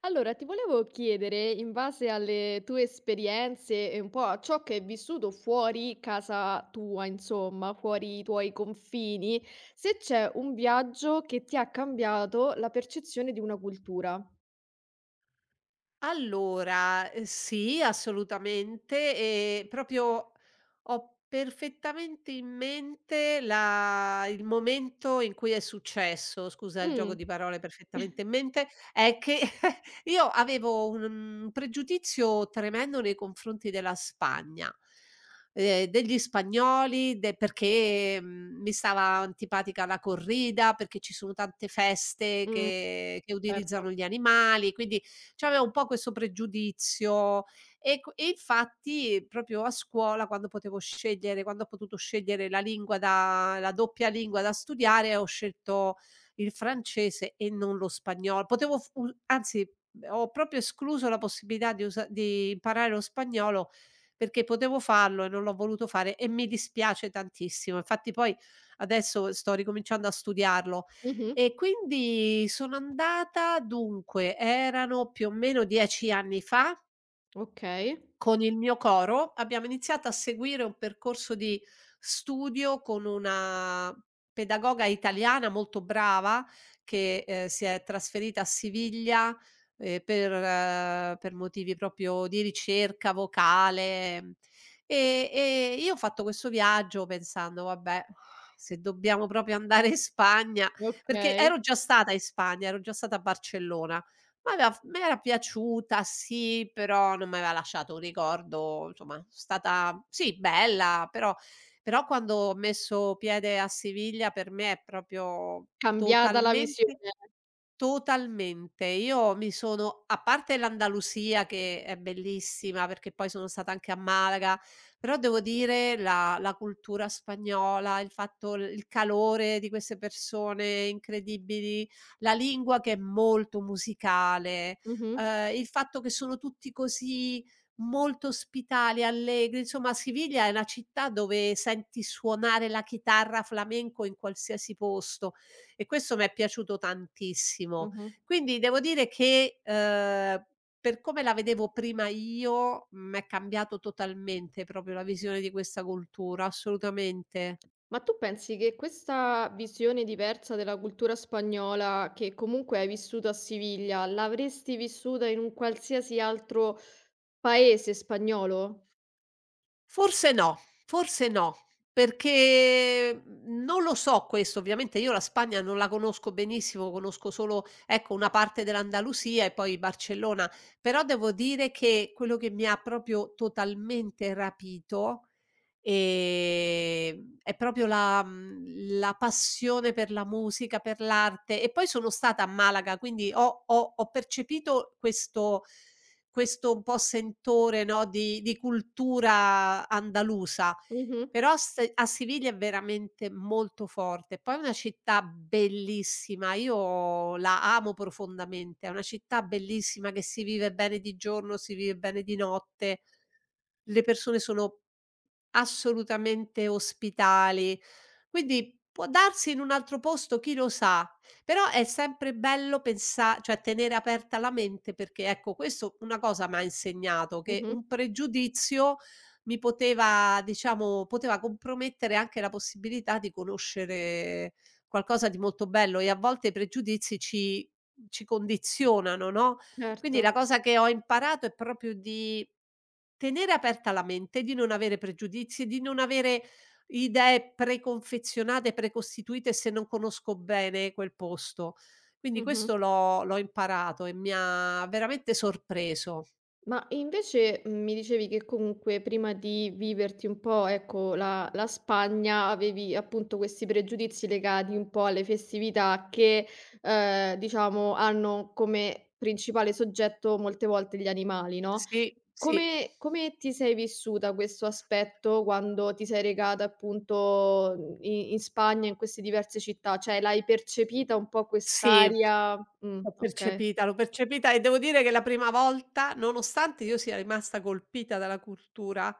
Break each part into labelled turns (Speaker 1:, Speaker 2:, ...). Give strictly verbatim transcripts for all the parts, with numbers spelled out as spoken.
Speaker 1: Allora, ti volevo chiedere, in base alle tue esperienze e un po' a ciò che hai vissuto fuori casa tua, insomma, fuori i tuoi confini, se c'è un viaggio che ti ha cambiato la percezione di una cultura.
Speaker 2: Allora, ehm, sì, assolutamente, ehm, proprio ho perfettamente in mente la il momento in cui è successo, scusa il gioco
Speaker 1: Mh.
Speaker 2: di parole, perfettamente in mente, è che io avevo un un pregiudizio tremendo nei confronti della Spagna, ehm, degli spagnoli, de perché, mhmm, mi stava antipatica la corrida, perché ci sono tante feste
Speaker 1: Mh,
Speaker 2: che che
Speaker 1: certo.
Speaker 2: utilizzano gli animali, quindi c'avevo un po' questo pregiudizio. E q e infatti proprio a scuola quando potevo scegliere quando ho potuto scegliere la lingua da la doppia lingua da studiare, ho scelto il francese e non lo spagnolo. Potevo f u anzi, ho proprio escluso la possibilità di usa di imparare lo spagnolo perché potevo farlo e non l'ho voluto fare e mi dispiace tantissimo. Infatti poi adesso sto ricominciando a studiarlo,
Speaker 1: Mh-mh.
Speaker 2: e quindi sono andata dunque, erano più o meno dieci anni fa.
Speaker 1: Okay,
Speaker 2: Con il mio coro abbiamo iniziato a seguire un percorso di studio con una pedagoga italiana molto brava che, ehm, si è trasferita a Siviglia, ehm, per eh, per motivi proprio di ricerca vocale, mhmm, e e io ho fatto questo viaggio pensando: "Vabbè, se dobbiamo proprio andare in Spagna", perché
Speaker 1: okay.
Speaker 2: ero già stata in Spagna, ero già stata a Barcellona. M'aveva f m'era piaciuta, sì, però non m'aveva lasciato un ricordo, insomma, stata sì, bella, però però quando ho messo piede a Siviglia per me è proprio
Speaker 1: Cambiata la
Speaker 2: totalmente.
Speaker 1: visione.
Speaker 2: Totalmente. Io mi sono A parte l'Andalusia, che è bellissima, perché poi sono stata anche a Malaga, però devo dire la la cultura spagnola, il fatto l il calore di queste persone incredibili, la lingua che è molto musicale,
Speaker 1: Mh-mh,
Speaker 2: ehm, il fatto che sono tutti così molto ospitali, allegri, insomma Siviglia è una città dove senti suonare la chitarra flamenco in qualsiasi posto. E questo m'è piaciuto tantissimo.
Speaker 1: mh-mh.
Speaker 2: Quindi devo dire che, ehm, per come la vedevo prima io, m'è cambiato totalmente proprio la visione di questa cultura, assolutamente.
Speaker 1: Ma tu pensi che questa visione diversa della cultura spagnola, che comunque hai vissuto a Siviglia, l'avresti vissuta in un qualsiasi altro paese spagnolo?
Speaker 2: Forse no, forse no, perché, mhmm, non lo so questo, ovviamente io la Spagna non la conosco benissimo, conosco solo, ecco, una parte dell'Andalusia e poi Barcellona, però devo dire che quello che mi ha proprio totalmente rapito Ehm, è proprio la mhmm, la passione per la musica, per l'arte, e poi sono stata a Malaga, quindi ho ho ho percepito questo questo un po' sentore, no, di di cultura andalusa.
Speaker 1: Mh-mh,
Speaker 2: Però s a Siviglia è veramente molto forte. Poi è una città bellissima, io la amo profondamente. È una città bellissima che si vive bene di giorno, si vive bene di notte. Le persone sono assolutamente ospitali. Quindi può darsi in un altro posto, chi lo sa, però è sempre bello pensa cioè tenere aperta la mente, perché, ecco, questo una cosa m'ha insegnato, che
Speaker 1: mh-mh,
Speaker 2: un pregiudizio mi poteva diciamo poteva compromettere anche la possibilità di conoscere qualcosa di molto bello, e a volte i pregiudizi ci ci condizionano, no,
Speaker 1: certo,
Speaker 2: quindi la cosa che ho imparato è proprio di tenere aperta la mente, di non avere pregiudizi, di non avere idee preconfezionate, precostituite, se non conosco bene quel posto. Quindi
Speaker 1: mh-mh.
Speaker 2: questo l'ho l'ho imparato e mi ha veramente sorpreso.
Speaker 1: Ma invece, mhmm, mi dicevi che comunque prima di viverti un po', ecco, la la Spagna, avevi appunto questi pregiudizi legati un po' alle festività che, ehm, diciamo hanno come principale soggetto molte volte gli animali, no?
Speaker 2: Sì, sì.
Speaker 1: Come come ti sei vissuta questo aspetto quando ti sei recata appunto, mhmm, i in Spagna, in queste diverse città? Cioè, l'hai percepita un po'
Speaker 2: Sì,
Speaker 1: quest'aria mh,
Speaker 2: l'ho
Speaker 1: okay.
Speaker 2: percepita, l'ho percepita, e devo dire che la prima volta, nonostante io sia rimasta colpita dalla cultura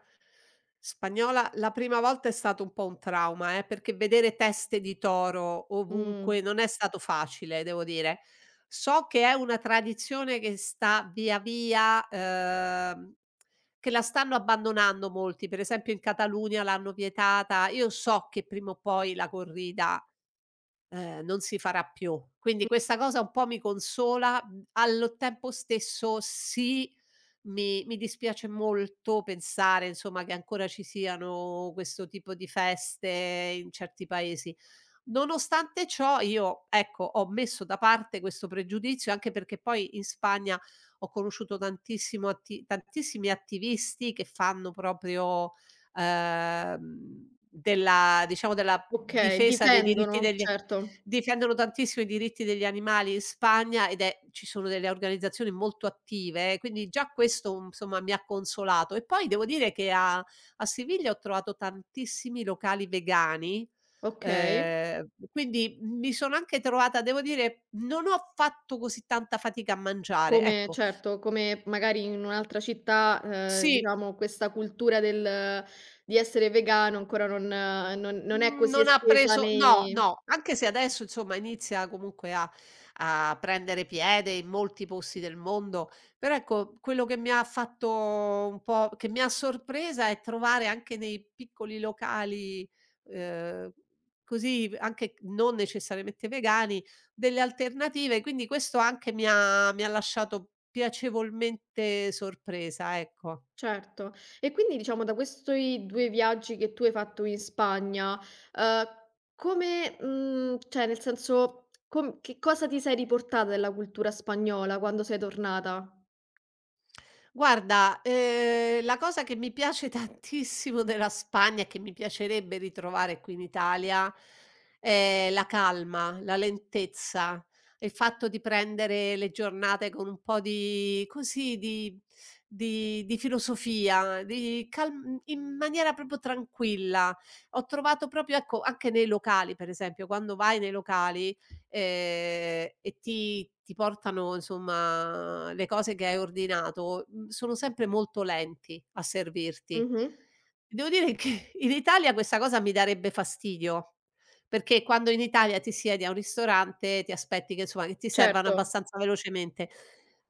Speaker 2: spagnola, la prima volta è stato un po' un trauma, eh, perché vedere teste di toro
Speaker 1: Mh.
Speaker 2: ovunque non è stato facile, devo dire. So che è una tradizione che sta via via, ehm, che la stanno abbandonando molti, per esempio in Catalunya l'hanno vietata. Io so che prima o poi la corrida Ehm, non si farà più. Quindi questa cosa un po' mi consola, mhmm, allo tempo stesso sì, mi mi dispiace molto pensare, insomma, che ancora ci siano questo tipo di feste in certi paesi. Nonostante ciò io, ecco, ho messo da parte questo pregiudizio, anche perché poi in Spagna ho conosciuto tantissimo atti tantissimi attivisti che fanno proprio, ehm, della diciamo della
Speaker 1: Okay,
Speaker 2: difesa dei diritti
Speaker 1: difendono,
Speaker 2: degli.
Speaker 1: certo.
Speaker 2: Difendono tantissimo i diritti degli animali in Spagna, ed è ci sono delle organizzazioni molto attive, eh, quindi già questo, insomma, mi ha consolato. E poi devo dire che a a Siviglia ho trovato tantissimi locali vegani,
Speaker 1: Okay.
Speaker 2: ehm, quindi mi sono anche trovata, devo dire, non ho fatto così tanta fatica a mangiare,
Speaker 1: Come
Speaker 2: ecco.
Speaker 1: certo, come magari in un'altra città, ehm,
Speaker 2: Sì.
Speaker 1: diciamo questa cultura del di essere vegano ancora non eh, non non è
Speaker 2: Mhmm,
Speaker 1: così
Speaker 2: Non ha
Speaker 1: estesa
Speaker 2: preso, no,
Speaker 1: nei.
Speaker 2: no, anche se adesso, insomma, inizia comunque a a prendere piede in molti posti del mondo, però ecco quello che mi ha fatto un po', che mi ha sorpresa, è trovare anche nei piccoli locali, ehm, così, anche non necessariamente vegani, delle alternative, quindi questo anche mi ha mi ha lasciato piacevolmente sorpresa, ecco.
Speaker 1: Certo. E quindi diciamo da questi due viaggi che tu hai fatto in Spagna, uhm, come mhmm, cioè nel senso, com che cosa ti sei riportata della cultura spagnola quando sei tornata?
Speaker 2: Guarda, ehm, la cosa che mi piace tantissimo della Spagna e che mi piacerebbe ritrovare qui in Italia è la calma, la lentezza, il fatto di prendere le giornate con un po' di, così, di di di filosofia, di calm in maniera proprio tranquilla. Ho trovato proprio, ecco, anche nei locali per esempio, quando vai nei locali, ehm, e ti ti portano, insomma, le cose che hai ordinato, mhmm, sono sempre molto lenti a servirti.
Speaker 1: Mh-mh.
Speaker 2: Devo dire che in Italia questa cosa mi darebbe fastidio, perché quando in Italia ti siedi a un ristorante, ti aspetti che insomma che ti servano
Speaker 1: Certo.
Speaker 2: abbastanza velocemente.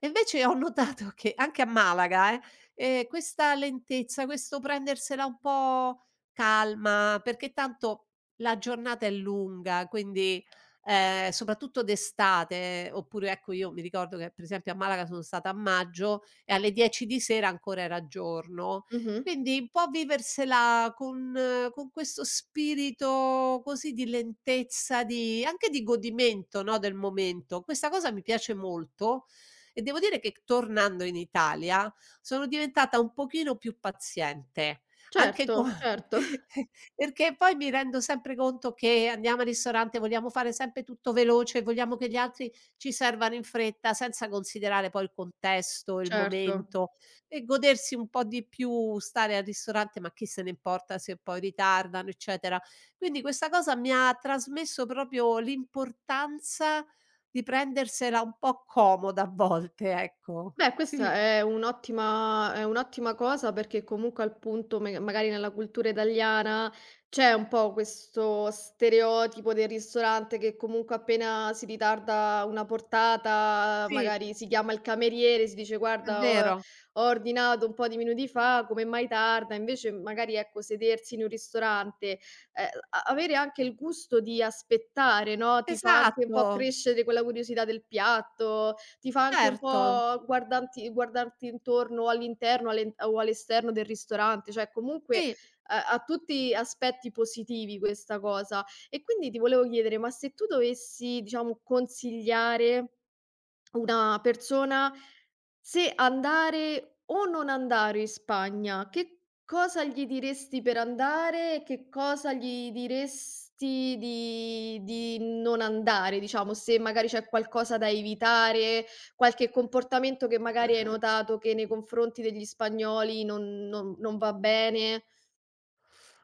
Speaker 2: E invece ho notato che anche a Malaga, eh, ehm, questa lentezza, questo prendersela un po' calma, perché tanto la giornata è lunga, quindi, ehm, soprattutto d'estate, oppure, ecco, io mi ricordo che per esempio a Malaga sono stata a maggio e alle dieci di sera ancora era giorno.
Speaker 1: Mh-mh.
Speaker 2: Quindi un po' viversela con eh, con questo spirito così di lentezza, di anche di godimento, no, del momento. Questa cosa mi piace molto, e devo dire che tornando in Italia sono diventata un pochino più paziente. Anche qua
Speaker 1: Certo, certo,
Speaker 2: perché poi mi rendo sempre conto che andiamo al ristorante, vogliamo fare sempre tutto veloce, vogliamo che gli altri ci servano in fretta, senza considerare poi il contesto, il
Speaker 1: certo.
Speaker 2: momento, e godersi un po' di più stare al ristorante, ma chi se ne importa se poi ritardano, eccetera. Quindi questa cosa mi ha trasmesso proprio l'importanza di prendersela un po' comoda a volte, ecco.
Speaker 1: Beh, questa
Speaker 2: Sì,
Speaker 1: è un'ottima è un'ottima cosa perché comunque appunto me magari nella cultura italiana c'è un po' questo stereotipo del ristorante che comunque appena si ritarda una portata,
Speaker 2: sì,
Speaker 1: magari si chiama il cameriere, si dice:
Speaker 2: è
Speaker 1: "Guarda, ho
Speaker 2: vero.
Speaker 1: ho ordinato un po' di minuti fa, come mai tarda?" Invece magari, ecco, sedersi in un ristorante, ehm, a avere anche il gusto di aspettare, no, ti fa anche un
Speaker 2: Esatto,
Speaker 1: po' crescere quella curiosità del piatto, ti fa anche un
Speaker 2: certo.
Speaker 1: po' guardanti guardarti intorno all'interno, all'en o all'esterno del ristorante, cioè comunque
Speaker 2: Sì.
Speaker 1: ha ha tutti aspetti positivi questa cosa. E quindi ti volevo chiedere, ma se tu dovessi, diciamo, consigliare una persona se andare o non andare in Spagna, che cosa gli diresti per andare e che cosa gli diresti di di non andare, diciamo? Se magari c'è qualcosa da evitare, qualche comportamento che magari hai notato che nei confronti degli spagnoli non non non va bene.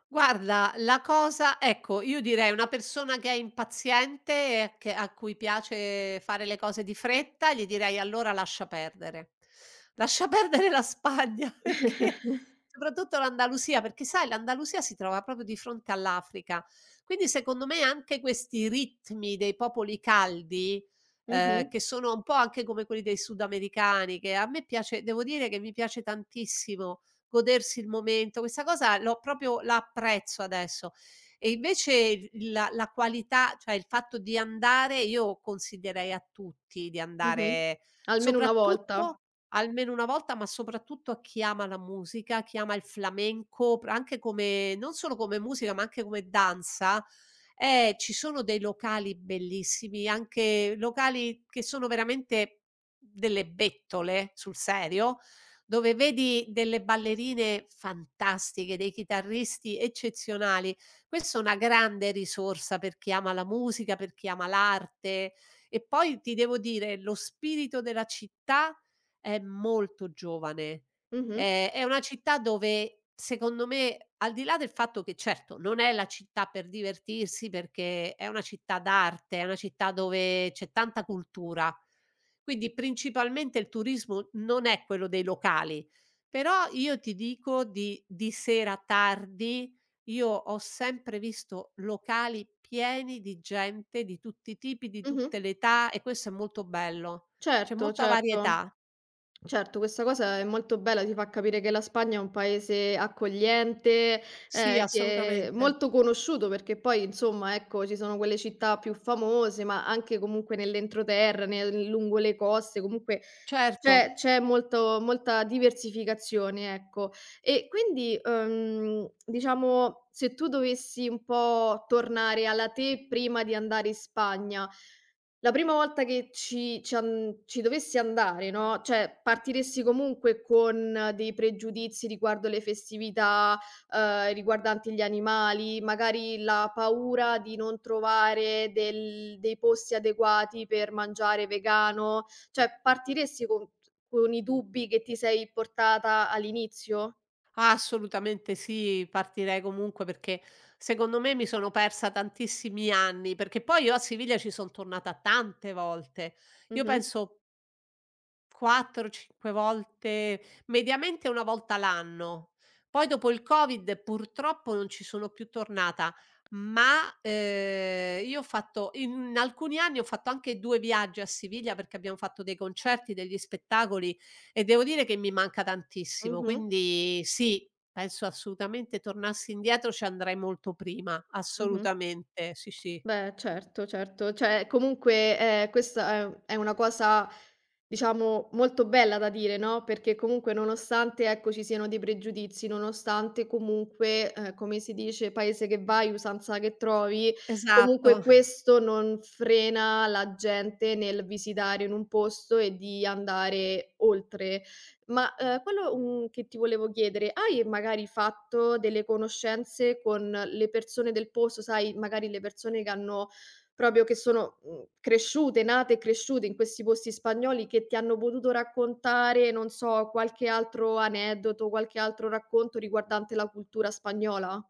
Speaker 2: Guarda, la cosa, ecco, io direi una persona che è impaziente e a che a cui piace fare le cose di fretta, gli direi: "Allora lascia perdere. Lascia perdere la Spagna" perché soprattutto l'Andalusia, perché sai l'Andalusia si trova proprio di fronte all'Africa. Quindi secondo me anche questi ritmi dei popoli caldi,
Speaker 1: Mh-mh,
Speaker 2: ehm, che sono un po' anche come quelli dei sudamericani, che a me piace devo dire che mi piace tantissimo godersi il momento. Questa cosa l'ho proprio la apprezzo adesso. E invece il la la qualità, cioè il fatto di andare io consiglierei a tutti di
Speaker 1: mh-mh.
Speaker 2: andare,
Speaker 1: Almeno una volta.
Speaker 2: soprattutto almeno una volta, ma soprattutto a chi ama la musica, chi ama il flamenco, pr anche come, non solo come musica, ma anche come danza, eh, ci sono dei locali bellissimi, anche locali che sono veramente delle bettole, sul serio, dove vedi delle ballerine fantastiche, dei chitarristi eccezionali. Questa è una grande risorsa per chi ama la musica, per chi ama l'arte, e poi ti devo dire lo spirito della città è molto giovane.
Speaker 1: Mh-mh,
Speaker 2: Ehm, è una città dove secondo me, al di là del fatto che certo non è la città per divertirsi perché è una città d'arte, è una città dove c'è tanta cultura. Quindi principalmente il turismo non è quello dei locali, però io ti dico, di di sera tardi, io ho sempre visto locali pieni di gente di tutti i tipi, di
Speaker 1: mh-mh.
Speaker 2: tutte le età, e questo è molto bello. C'è
Speaker 1: Certo,
Speaker 2: molta
Speaker 1: certo.
Speaker 2: varietà.
Speaker 1: Certo, questa cosa è molto bella, ti fa capire che la Spagna è un paese accogliente,
Speaker 2: Sì,
Speaker 1: ehm, che è
Speaker 2: assolutamente.
Speaker 1: molto conosciuto perché poi insomma, ecco, ci sono quelle città più famose, ma anche comunque nell'entroterra, nel lungo le coste, comunque
Speaker 2: Certo,
Speaker 1: c'è c'è molto molta diversificazione, ecco. E quindi, uhm, diciamo, se tu dovessi un po' tornare alla te prima di andare in Spagna la prima volta che ci ci an ci dovessi andare, no, cioè partiresti comunque con dei pregiudizi riguardo le festività, uhm, riguardanti gli animali, magari la paura di non trovare del dei posti adeguati per mangiare vegano, cioè partiresti con t con i dubbi che ti sei portata all'inizio?
Speaker 2: assolutamente sì, partirei comunque perché secondo me mi sono persa tantissimi anni, perché poi io a Siviglia ci son tornata tante volte. Io
Speaker 1: Mh-mh.
Speaker 2: penso quattro, cinque volte, mediamente una volta l'anno. Poi dopo il Covid purtroppo non ci sono più tornata, ma, ehm, io ho fatto in alcuni anni ho fatto anche due viaggi a Siviglia perché abbiamo fatto dei concerti, degli spettacoli, e devo dire che mi manca tantissimo.
Speaker 1: Mh-mh.
Speaker 2: Quindi sì, penso assolutamente, tornassi indietro ci andrei molto prima,
Speaker 1: Mh-mh.
Speaker 2: assolutamente, sì, sì.
Speaker 1: Beh, certo, certo. Cioè, comunque, ehm, questa è è una cosa, diciamo, molto bella da dire, no, perché comunque nonostante, ecco, ci siano dei pregiudizi, nonostante comunque, ehm, come si dice: "Paese che vai, usanza che trovi", comunque
Speaker 2: Esatto.
Speaker 1: questo non frena la gente nel visitare in un posto e di andare oltre. Ma, uhm, quello, mhmm, che ti volevo chiedere, hai magari fatto delle conoscenze con le persone del posto, sai, magari le persone che hanno proprio che sono, mhmm, cresciute, nate e cresciute in questi posti spagnoli che ti hanno potuto raccontare, non so, qualche altro aneddoto, qualche altro racconto riguardante la cultura spagnola?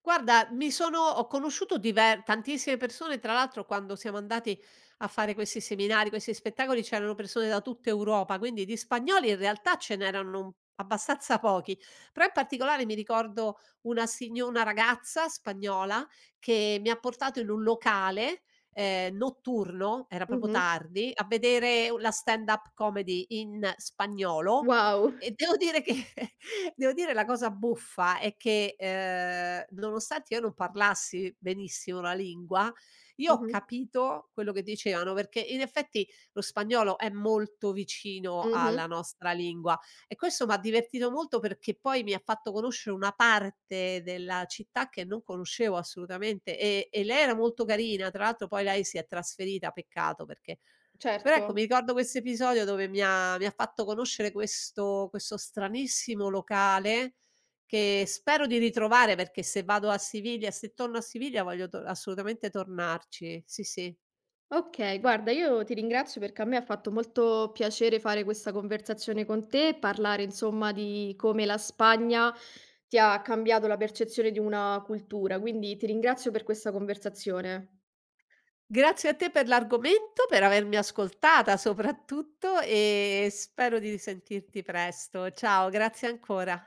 Speaker 2: Guarda, mi sono ho conosciuto diver tantissime persone, tra l'altro quando siamo andati a fare questi seminari, questi spettacoli, c'erano persone da tutta Europa, quindi di spagnoli in realtà ce n'erano un abbastanza pochi, però in particolare mi ricordo una signo una ragazza spagnola che mi ha portato in un locale, ehm, notturno, era proprio
Speaker 1: Mh-mh.
Speaker 2: tardi, a vedere u la stand up comedy in spagnolo.
Speaker 1: Wow.
Speaker 2: E devo dire che Devo dire, la cosa buffa è che, ehm, nonostante io non parlassi benissimo la lingua, io ho
Speaker 1: Mh-mh.
Speaker 2: capito quello che dicevano, perché in effetti lo spagnolo è molto vicino
Speaker 1: Mh-mh.
Speaker 2: alla nostra lingua, e questo m'ha divertito molto perché poi mi ha fatto conoscere una parte della città che non conoscevo assolutamente, e e lei era molto carina. Tra l'altro poi lei si è trasferita, peccato, perché però,
Speaker 1: Certo.
Speaker 2: ecco, mi ricordo questo episodio dove mi ha mi ha fatto conoscere questo questo stranissimo locale, che spero di ritrovare, perché se vado a Siviglia se torno a Siviglia voglio to assolutamente tornarci. Sì, sì.
Speaker 1: Okay, guarda io ti ringrazio perché a me ha fatto molto piacere fare questa conversazione con te e parlare insomma di come la Spagna ti ha cambiato la percezione di una cultura, quindi ti ringrazio per questa conversazione.
Speaker 2: Grazie a te per l'argomento, per avermi ascoltata soprattutto, e spero di risentirti presto. Ciao, grazie ancora.